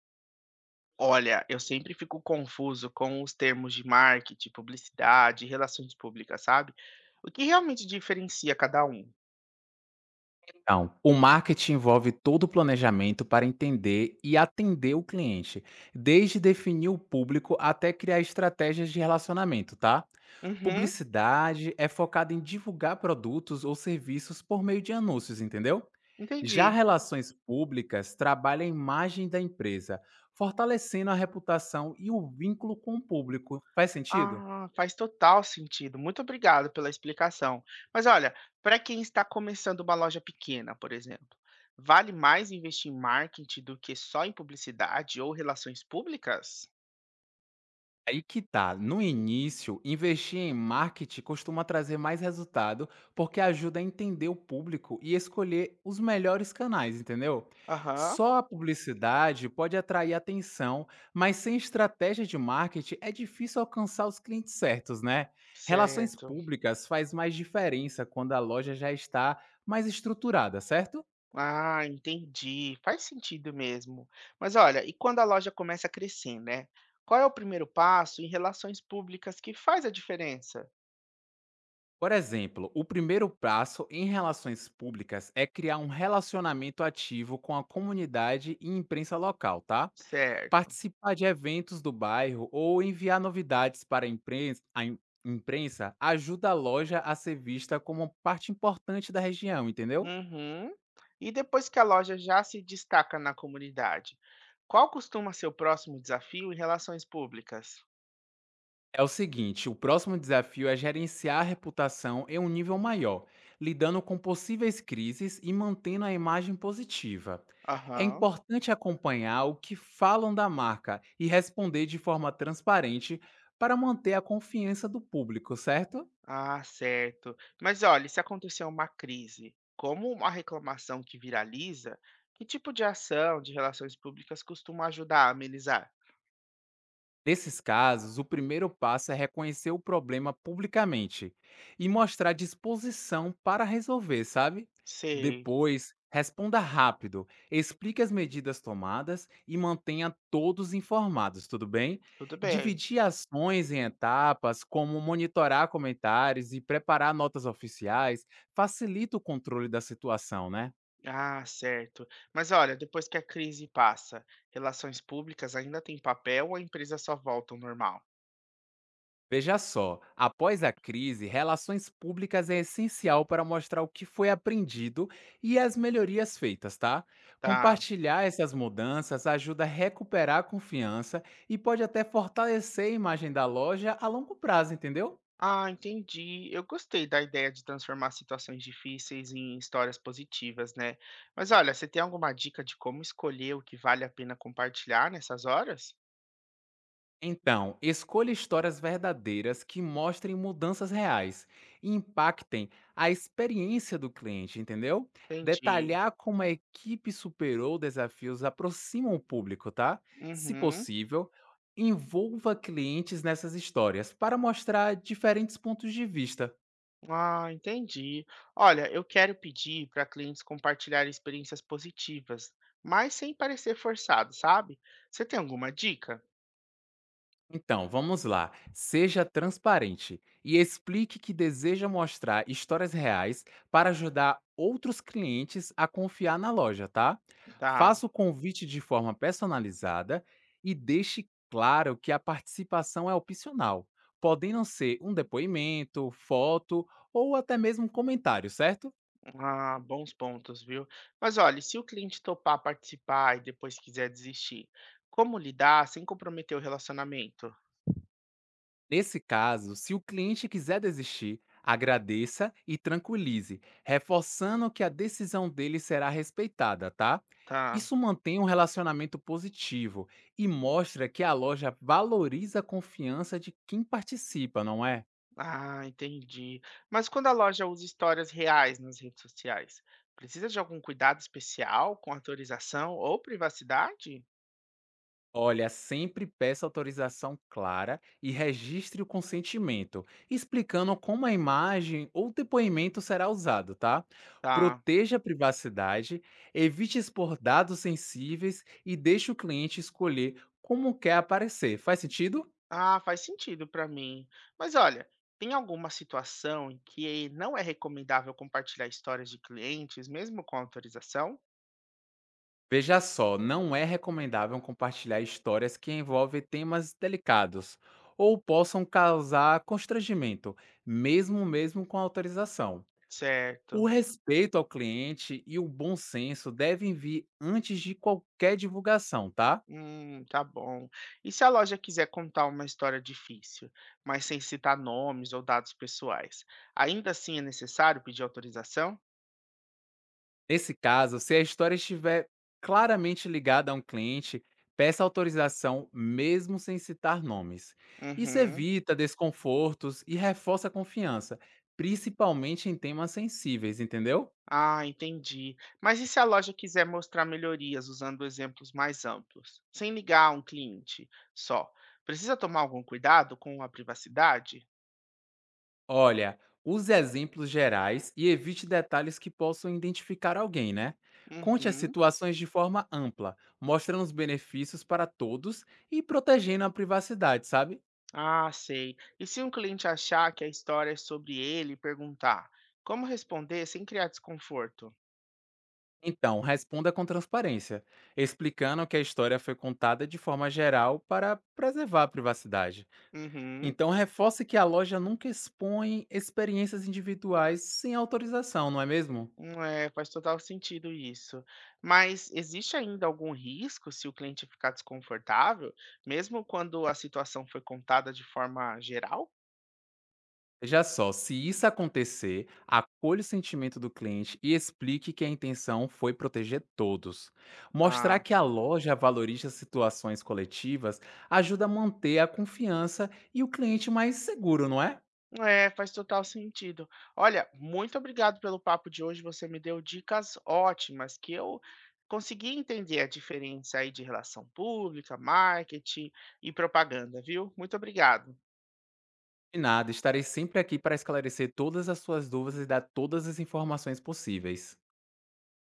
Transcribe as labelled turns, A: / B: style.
A: Olha, eu sempre fico confuso com os termos de marketing, publicidade, relações públicas, sabe? O que realmente diferencia cada um?
B: Então, o marketing envolve todo o planejamento para entender e atender o cliente, desde definir o público até criar estratégias de relacionamento, tá?
A: Uhum,
B: Publicidade é focada em divulgar produtos ou serviços por meio de anúncios, entendeu? Já
A: entendi.
B: relações públicas trabalha a imagem da empresa, fortalecendo a reputação e o vínculo com o público. Faz sentido?
A: Ah, faz total sentido. Muito obrigado pela explicação. Mas olha, para quem está começando uma loja pequena, por exemplo, vale mais investir em marketing do que só em publicidade ou relações públicas?
B: Aí que tá. No início, investir em marketing costuma trazer mais resultado porque ajuda a entender o público e escolher os melhores canais, entendeu?
A: Aham,
B: Só a publicidade pode atrair atenção, mas sem estratégia de marketing é difícil alcançar os clientes certos, né? Relações
A: certo.
B: públicas faz mais diferença quando a loja já está mais estruturada, certo?
A: Ah, entendi. Faz sentido mesmo. Mas olha, e quando a loja começa a crescer, né? Qual é o primeiro passo em relações públicas que faz a diferença?
B: Por exemplo, o primeiro passo em relações públicas é criar um relacionamento ativo com a comunidade e imprensa local, tá?
A: Certo.
B: Participar de eventos do bairro ou enviar novidades para a imprensa, imprensa ajuda a loja a ser vista como parte importante da região, entendeu?
A: Uhum. E depois que a loja já se destaca na comunidade, qual costuma ser o próximo desafio em relações públicas?
B: É o seguinte, o próximo desafio é gerenciar a reputação em um nível maior, lidando com possíveis crises e mantendo a imagem positiva. É
A: Aham.
B: importante acompanhar o que falam da marca e responder de forma transparente para manter a confiança do público, certo?
A: Ah, certo. Mas olha, e se acontecer uma crise, como uma reclamação que viraliza, que tipo de ação de relações públicas costuma ajudar a amenizar?
B: Nesses casos, o primeiro passo é reconhecer o problema publicamente e mostrar disposição para resolver, sabe?
A: Sei.
B: Depois, responda rápido, explique as medidas tomadas e mantenha todos informados, tudo bem?
A: Tudo bem.
B: Dividir ações em etapas, como monitorar comentários e preparar notas oficiais, facilita o controle da situação, né?
A: Ah, certo. Mas olha, depois que a crise passa, relações públicas ainda tem papel ou a empresa só volta ao normal?
B: Veja só, após a crise, relações públicas é essencial para mostrar o que foi aprendido e as melhorias feitas, tá?
A: Tá.
B: Compartilhar essas mudanças ajuda a recuperar a confiança e pode até fortalecer a imagem da loja a longo prazo, entendeu?
A: Ah, entendi. Eu gostei da ideia de transformar situações difíceis em histórias positivas, né? Mas olha, você tem alguma dica de como escolher o que vale a pena compartilhar nessas horas?
B: Então, escolha histórias verdadeiras que mostrem mudanças reais e impactem a experiência do cliente, entendeu?
A: Entendi.
B: Detalhar como a equipe superou desafios aproxima o público, tá? Se
A: Uhum.
B: possível, envolva clientes nessas histórias para mostrar diferentes pontos de vista.
A: Ah, entendi. Olha, eu quero pedir para clientes compartilhar experiências positivas, mas sem parecer forçado, sabe? Você tem alguma dica?
B: Então, vamos lá. Seja transparente e explique que deseja mostrar histórias reais para ajudar outros clientes a confiar na loja, tá?
A: Tá.
B: Faça o convite de forma personalizada e deixe claro que a participação é opcional, podendo ser um depoimento, foto ou até mesmo um comentário, certo?
A: Ah, bons pontos, viu? Mas olha, se o cliente topar participar e depois quiser desistir, como lidar sem comprometer o relacionamento?
B: Nesse caso, se o cliente quiser desistir, agradeça e tranquilize, reforçando que a decisão dele será respeitada, tá?
A: Tá.
B: Isso mantém um relacionamento positivo e mostra que a loja valoriza a confiança de quem participa, não é?
A: Ah, entendi. Mas quando a loja usa histórias reais nas redes sociais, precisa de algum cuidado especial com autorização ou privacidade?
B: Olha, sempre peça autorização clara e registre o consentimento, explicando como a imagem ou depoimento será usado, tá?
A: Tá.
B: Proteja a privacidade, evite expor dados sensíveis e deixe o cliente escolher como quer aparecer. Faz sentido?
A: Ah, faz sentido para mim. Mas olha, tem alguma situação em que não é recomendável compartilhar histórias de clientes, mesmo com autorização?
B: Veja só, não é recomendável compartilhar histórias que envolvem temas delicados ou possam causar constrangimento, mesmo com autorização. O
A: Certo.
B: respeito ao cliente e o bom senso devem vir antes de qualquer divulgação, tá?
A: Tá bom. E se a loja quiser contar uma história difícil, mas sem citar nomes ou dados pessoais, ainda assim é necessário pedir autorização?
B: Nesse caso, se a história estiver claramente ligada a um cliente, peça autorização mesmo sem citar nomes. Isso
A: Uhum.
B: evita desconfortos e reforça a confiança, principalmente em temas sensíveis, entendeu?
A: Ah, entendi. Mas e se a loja quiser mostrar melhorias usando exemplos mais amplos, sem ligar a um cliente só? Precisa tomar algum cuidado com a privacidade?
B: Olha, use exemplos gerais e evite detalhes que possam identificar alguém, né? Conte as
A: Uhum.
B: situações de forma ampla, mostrando os benefícios para todos e protegendo a privacidade, sabe?
A: Ah, sei. E se um cliente achar que a história é sobre ele e perguntar, como responder sem criar desconforto?
B: Então, responda com transparência, explicando que a história foi contada de forma geral para preservar a privacidade.
A: Uhum.
B: Então, reforce que a loja nunca expõe experiências individuais sem autorização, não é mesmo?
A: É, faz total sentido isso. Mas existe ainda algum risco se o cliente ficar desconfortável, mesmo quando a situação foi contada de forma geral?
B: Veja só, se isso acontecer, acolha o sentimento do cliente e explique que a intenção foi proteger todos. Mostrar
A: Ah,
B: que a loja valoriza situações coletivas ajuda a manter a confiança e o cliente mais seguro, não é?
A: é, faz total sentido. Olha, muito obrigado pelo papo de hoje. Você me deu dicas ótimas que eu consegui entender a diferença aí de relação pública, marketing e propaganda, viu? Muito obrigado.
B: De nada, estarei sempre aqui para esclarecer todas as suas dúvidas e dar todas as informações possíveis.